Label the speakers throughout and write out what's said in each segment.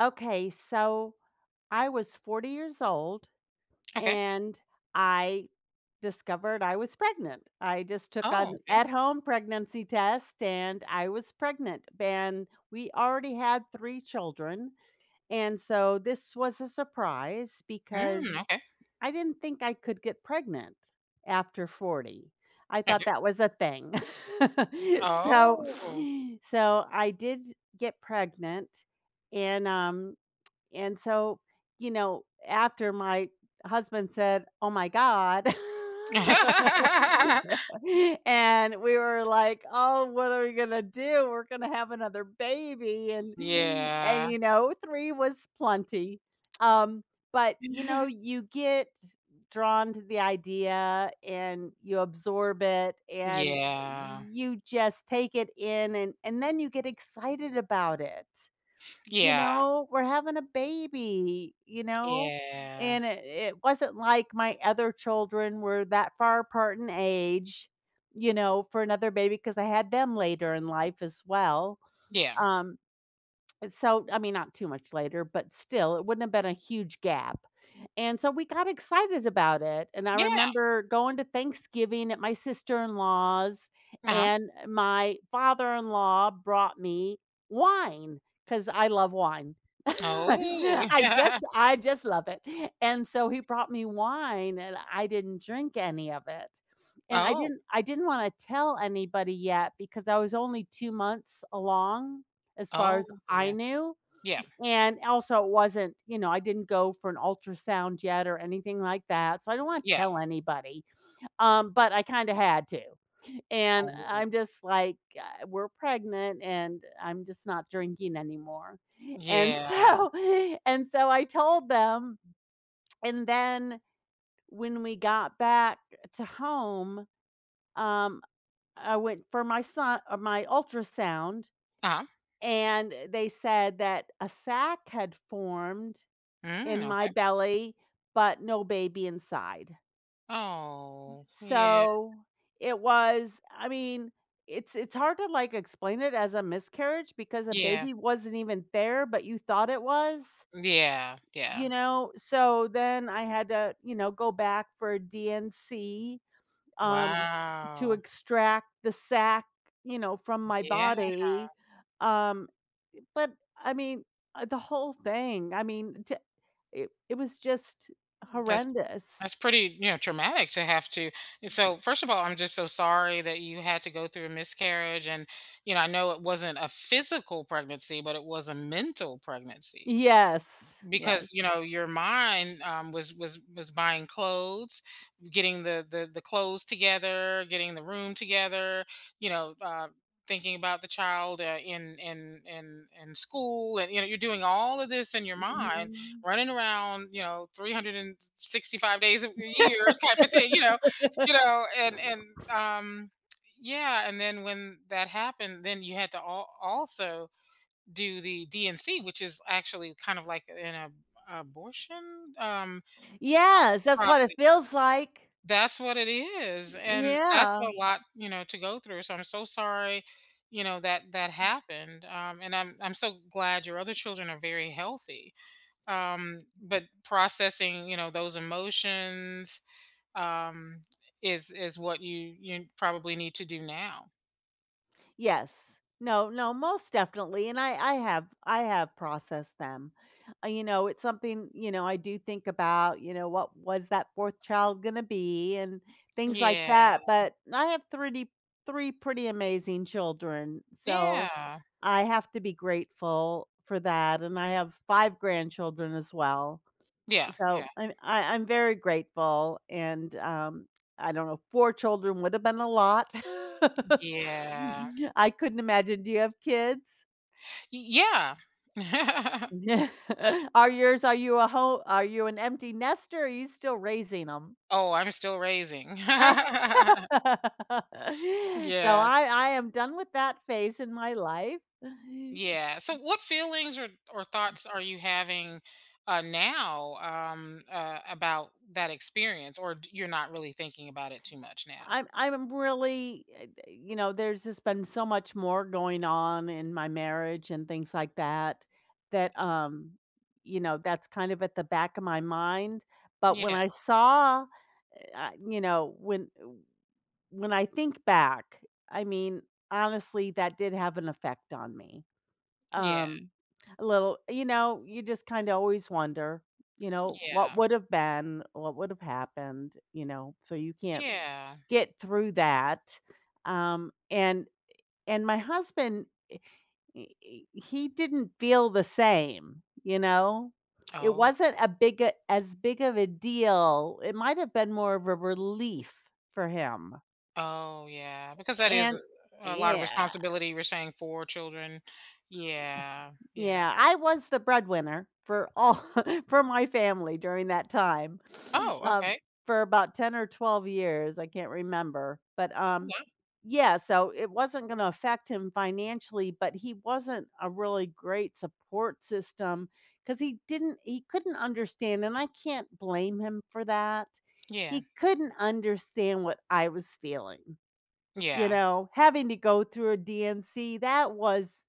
Speaker 1: Okay, so I was 40 years old
Speaker 2: Okay.
Speaker 1: and I discovered I was pregnant. I just took
Speaker 2: Oh,
Speaker 1: an
Speaker 2: okay.
Speaker 1: at home pregnancy test and I was pregnant. And we already had three children. And so this was a surprise
Speaker 2: Mm,
Speaker 1: because
Speaker 2: okay.
Speaker 1: I didn't think I could get pregnant after 40. I thought
Speaker 2: Okay.
Speaker 1: that was a thing. so
Speaker 2: Oh.
Speaker 1: so I did get pregnant and um and so, after my husband said, "Oh my god." And we were like, "Oh, what are we gonna do? We're gonna have another baby."
Speaker 2: Yeah.
Speaker 1: 3 was plenty. Um, but, you get drawn to the idea and you absorb it and
Speaker 2: Yeah.
Speaker 1: you just take it in and then you get excited about it. You
Speaker 2: Yeah.
Speaker 1: know, we're having a baby,
Speaker 2: Yeah.
Speaker 1: and it wasn't like my other children were that far apart in age, for another baby because I had them later in life as well.
Speaker 2: Yeah.
Speaker 1: Um, So, I mean, not too much later, but still, it wouldn't have been a huge gap, and so we got excited about it, and I
Speaker 2: Yeah.
Speaker 1: remember going to Thanksgiving at my sister-in-law's,
Speaker 2: Uh-huh.
Speaker 1: and my father-in-law brought me wine because I love wine.
Speaker 2: Oh.
Speaker 1: I
Speaker 2: Yeah.
Speaker 1: just I just love it, and so he brought me wine, and I didn't drink any of it, and I
Speaker 2: Oh.
Speaker 1: didn't I didn't wanna tell anybody yet because I was only 2 months along as far
Speaker 2: Oh,
Speaker 1: as I
Speaker 2: yeah.
Speaker 1: knew,
Speaker 2: Yeah.
Speaker 1: and also it wasn't, I didn't go for an ultrasound yet or anything like that, so I don't wanna
Speaker 2: Yeah.
Speaker 1: tell anybody. But I kinda had to, and
Speaker 2: Oh.
Speaker 1: I'm just like, we're pregnant, and I'm just not drinking anymore," and
Speaker 2: Yeah.
Speaker 1: so and so I told them, and then when we got back to home, um, I went for my ultrasound.
Speaker 2: Uh-huh.
Speaker 1: And they said that a sac had formed
Speaker 2: Mm,
Speaker 1: in my
Speaker 2: okay.
Speaker 1: belly, but no baby inside.
Speaker 2: Oh. Yeah.
Speaker 1: So it was I mean, it's hard to, like, explain it as a miscarriage because a
Speaker 2: Yeah.
Speaker 1: baby wasn't even there, but you thought it was,
Speaker 2: Yeah. Yeah.
Speaker 1: you know? So then I had to, go back for DNC, um, to
Speaker 2: Wow.
Speaker 1: extract the sac, you know, from my
Speaker 2: Yeah.
Speaker 1: body. um But, I mean, the whole thing, I mean, t it was just
Speaker 2: That's
Speaker 1: horrendous.
Speaker 2: that's pretty, traumatic to have to. So, first of all, I'm just so sorry that you had to go through a miscarriage, and I know it wasn't a physical pregnancy, but it was a mental pregnancy,
Speaker 1: Yes, yes,
Speaker 2: because your mind, was buying clothes, getting the, the clothes together, getting the room together, you know uh, thinking about the child, in school, and you're doing all of this in your mind,
Speaker 1: mhm.
Speaker 2: running around, 365 days a year, type of thing, and um yeah, and then when that happened, then you had to also do the DNC, which is actually kind of like an ab abortion
Speaker 1: Yes, that's what it
Speaker 2: process.
Speaker 1: feels like.
Speaker 2: That's what it is, and that's
Speaker 1: Yeah.
Speaker 2: a lot, to go through, so I'm so sorry, that that happened, and I'm so glad your other children are very healthy, but processing, those emotions, um, is what you probably need to do now.
Speaker 1: Yes. No, no, most definitely, and I have processed them. You know, it's something, I do think about, what was that 4th child gonna be and things like
Speaker 2: Yeah.
Speaker 1: that, but I have 3 pretty amazing children, so
Speaker 2: Yeah.
Speaker 1: I have to be grateful for that, and I have 5 grandchildren as well.
Speaker 2: Yeah, yeah,
Speaker 1: So, I'm very grateful, and, I don't know, 4 children would have been a lot.
Speaker 2: yeah.
Speaker 1: I couldn't imagine. Do you have kids?
Speaker 2: Y yeah.
Speaker 1: Yeah. Are you a home? Are you an empty nester, or are you still raising them?
Speaker 2: Oh, I'm still raising.
Speaker 1: So,
Speaker 2: Yeah,
Speaker 1: I am done with that phase in my life.
Speaker 2: yeah. So what feelings or thoughts are you having, now, about that experience, or you're not really thinking about it too much now?
Speaker 1: I'm really, you know, there's just been so much more going on in my marriage and things like that, that, you know, that's kind of at the back of my mind. But
Speaker 2: Yeah.
Speaker 1: eh, you know, when eh, when I think back, I mean, honestly, that did have an effect on me.
Speaker 2: Yeah.
Speaker 1: Um, a little, you know, you just kind of always wonder, you know, what
Speaker 2: Yeah.
Speaker 1: would have been, what would have happened, you know, so you can't
Speaker 2: Yeah.
Speaker 1: get through that. um, and and my husband, he didn't feel the same, you know? It
Speaker 2: Oh.
Speaker 1: wasn't a big a as big of a deal. It might have been more of a relief for him,
Speaker 2: Oh, yeah. Because that is a
Speaker 1: and
Speaker 2: a lot of
Speaker 1: yeah.
Speaker 2: responsibility. You're saying for children. Yeah. Yeah.
Speaker 1: Yeah, I was the breadwinner for all for my family during that time,
Speaker 2: Oh,
Speaker 1: um,
Speaker 2: okay.
Speaker 1: for about 10 or 12 years, I can't remember, but,
Speaker 2: Okay.
Speaker 1: yeah, so it wasn't gonna affect him financially, but he wasn't a really great support system because he couldn't understand, and I can't blame him for that.
Speaker 2: Yeah.
Speaker 1: He couldn't understand what I was feeling. You
Speaker 2: Yeah.
Speaker 1: know, having to go through a DNC, that was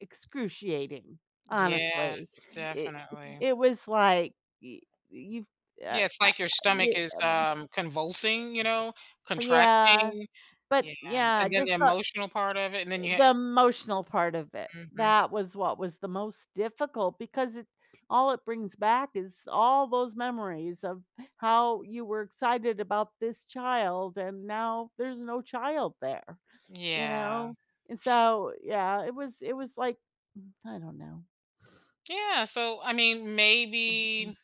Speaker 1: excruciating, honestly.
Speaker 2: Yes,
Speaker 1: It
Speaker 2: definitely.
Speaker 1: it was like, y you've uh,
Speaker 2: Yeah, it's
Speaker 1: uh,
Speaker 2: like your stomach
Speaker 1: yeah,
Speaker 2: is, convulsing,
Speaker 1: yeah,
Speaker 2: contracting.
Speaker 1: but
Speaker 2: Yeah,
Speaker 1: yeah, I
Speaker 2: and then the
Speaker 1: just thought.
Speaker 2: emotional part of it, and then you
Speaker 1: The
Speaker 2: ha.
Speaker 1: emotional part of it.
Speaker 2: Mhm.
Speaker 1: That was what was the most difficult because it all it brings back is all those memories of how you were excited about this child and now there's no child there, you
Speaker 2: Yeah.
Speaker 1: know? And so, yeah, it was like, I don't know.
Speaker 2: Yeah, so, I mean, maybe,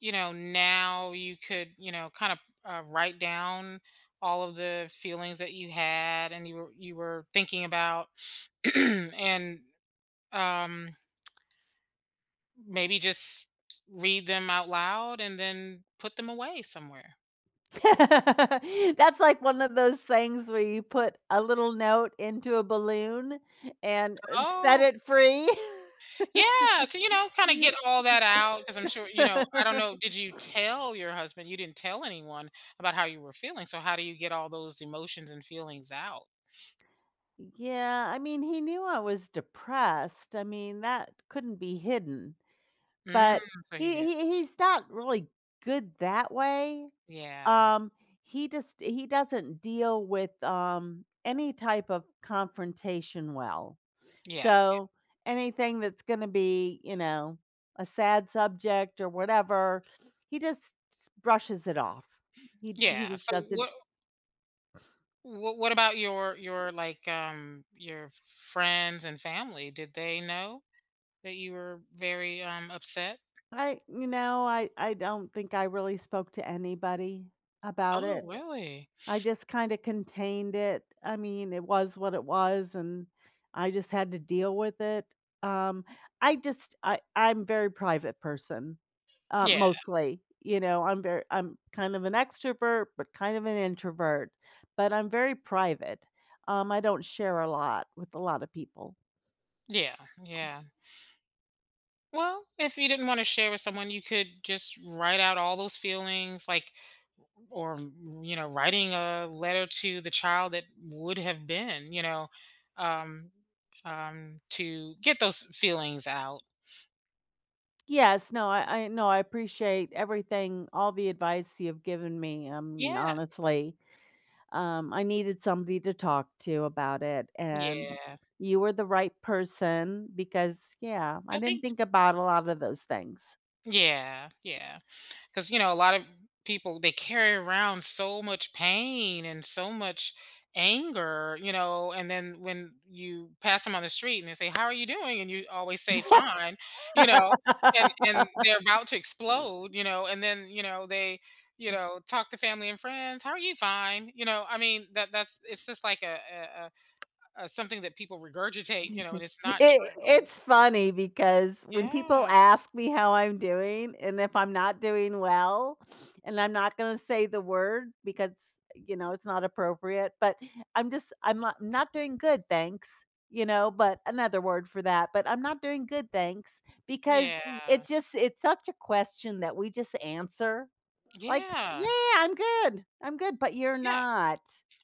Speaker 2: now you could, kind of, write down all of the feelings that you had and you were thinking about, and, um, maybe just read them out loud and then put them away somewhere.
Speaker 1: That's like one of those things where you put a little note into a balloon and, set
Speaker 2: Oh.
Speaker 1: it free.
Speaker 2: Yeah, to, kinda get all that out, because 'cause I'm sure, I don't know, did you tell your husband? You didn't tell anyone about how you were feeling, so how do you get all those emotions and feelings out?
Speaker 1: Yeah, I mean, he knew I was depressed. I mean, that couldn't be hidden.
Speaker 2: Mm,
Speaker 1: But
Speaker 2: so he
Speaker 1: he
Speaker 2: knew.
Speaker 1: he he's not really good that way.
Speaker 2: Yeah.
Speaker 1: Um, he doesn't deal with, any type of confrontation well.
Speaker 2: Yeah.
Speaker 1: So, anything that's gonna be, you know, a sad subject or whatever, he just brushes it off. He
Speaker 2: Yeah,
Speaker 1: just doesn't.
Speaker 2: what about your, like, your friends and family? Did they know that you were very, upset?
Speaker 1: I I don't think I really spoke to anybody about
Speaker 2: Oh,
Speaker 1: it.
Speaker 2: really?
Speaker 1: I just kinda contained it. I mean, it was what it was, and I just had to deal with it. Um, I'm very private person,
Speaker 2: Yeah.
Speaker 1: mostly, you know, I'm kind of an extrovert, but kind of an introvert, but I'm very private. I don't share a lot with a lot of people.
Speaker 2: Yeah. Yeah. Well, if you didn't want to share with someone, you could just write out all those feelings, like, or, writing a letter to the child that would have been, um, to get those feelings out.
Speaker 1: Yes, no, I appreciate everything, all the advice you've given me. I mean,
Speaker 2: Yeah.
Speaker 1: honestly, I needed somebody to talk to about it, and
Speaker 2: Yeah.
Speaker 1: you were the right person because, yeah, I
Speaker 2: No,
Speaker 1: didn't
Speaker 2: thanks.
Speaker 1: think about a lot of those things.
Speaker 2: Yeah. Yeah. Because a lot of people, they carry around so much pain and so much anger, and then when you pass them on the street and they say, "How are you doing?" and you always say, "Fine," you know and and they're about to explode, and then, they, talk to family and friends, "How are you?" "Fine," I mean, that that's it's just like a something that people regurgitate, and it's not
Speaker 1: It
Speaker 2: true.
Speaker 1: it's funny because when people
Speaker 2: Yeah,
Speaker 1: ask me how I'm doing, and if I'm not doing well, and I'm not gonna say the word because, you know, it's not appropriate, but I'm not doing good, thanks, you know, but another word for that, but I'm not doing good, thanks, because
Speaker 2: yeah,
Speaker 1: it just it's such a question that we just answer, like,
Speaker 2: yeah,
Speaker 1: "Yeah, I'm good. I'm good," but you're
Speaker 2: yeah,
Speaker 1: not.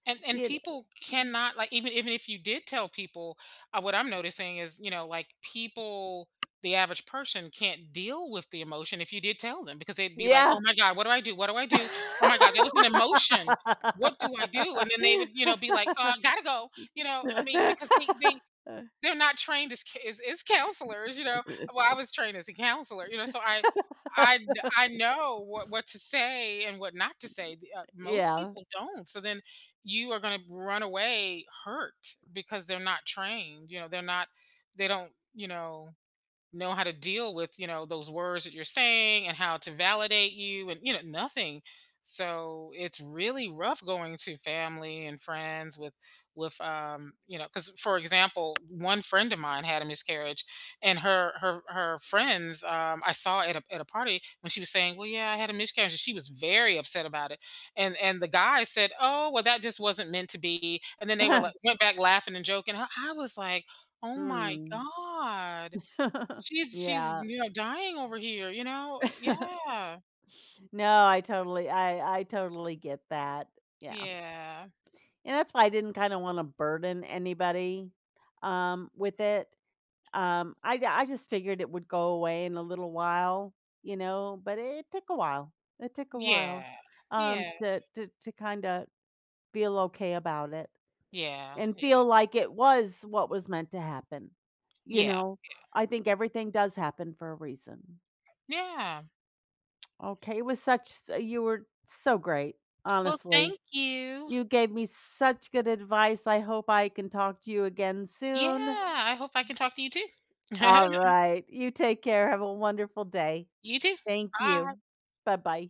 Speaker 2: and
Speaker 1: You
Speaker 2: people cannot, like, even if you did tell people, what I'm noticing is, like, people, the average person can't deal with the emotion if you did tell them, because they'd be like, "Oh
Speaker 1: Yeah.
Speaker 2: my god, what do I do? What do I do? Oh my god, that was an emotion, what do I do?" And then they would, be like, "Gotta go," I mean, because they they they're not trained as as counselors. You know well, I was trained as a counselor, so i I d- I know what to say and what not to say. The, most
Speaker 1: Yeah.
Speaker 2: people don't. So then you are gonna run away hurt because they're not trained, they're not, they don't, know how to deal with, those words that you're saying, and how to validate you, and nothing. So it's really rough going to family and friends with, because, for example, one friend of mine had a miscarriage, and her friends, I saw at a party, when she was saying, "Well, yeah, I had a miscarriage," and she was very upset about it. And the guy said, "Oh, well, that just wasn't meant to be," and then they were, like, went back laughing and joking. I was like, "Oh my
Speaker 1: Hmm.
Speaker 2: god." She's,
Speaker 1: Yeah.
Speaker 2: dying over here, you know? Yeah.
Speaker 1: No, I totally get that. Yeah.
Speaker 2: Yeah.
Speaker 1: And that's why I didn't kinda wanna burden anybody, with it. I just figured it would go away in a little while, you know, but it took a while. It took a while,
Speaker 2: Yeah. Yeah.
Speaker 1: to to kinda feel okay about it.
Speaker 2: Yeah.
Speaker 1: And
Speaker 2: Yeah.
Speaker 1: feel like it was what was meant to happen, you
Speaker 2: Yeah.
Speaker 1: know? I think everything does happen for a reason.
Speaker 2: Yeah.
Speaker 1: Okay, it was such you were so great,
Speaker 2: Well,
Speaker 1: honestly.
Speaker 2: thank you.
Speaker 1: You gave me such good advice, I hope I can talk to you again
Speaker 2: Yeah,
Speaker 1: soon.
Speaker 2: I hope I can talk to you too.
Speaker 1: Alright, you take care, have a wonderful day.
Speaker 2: You too.
Speaker 1: Thank
Speaker 2: Bye.
Speaker 1: you. Bye-bye.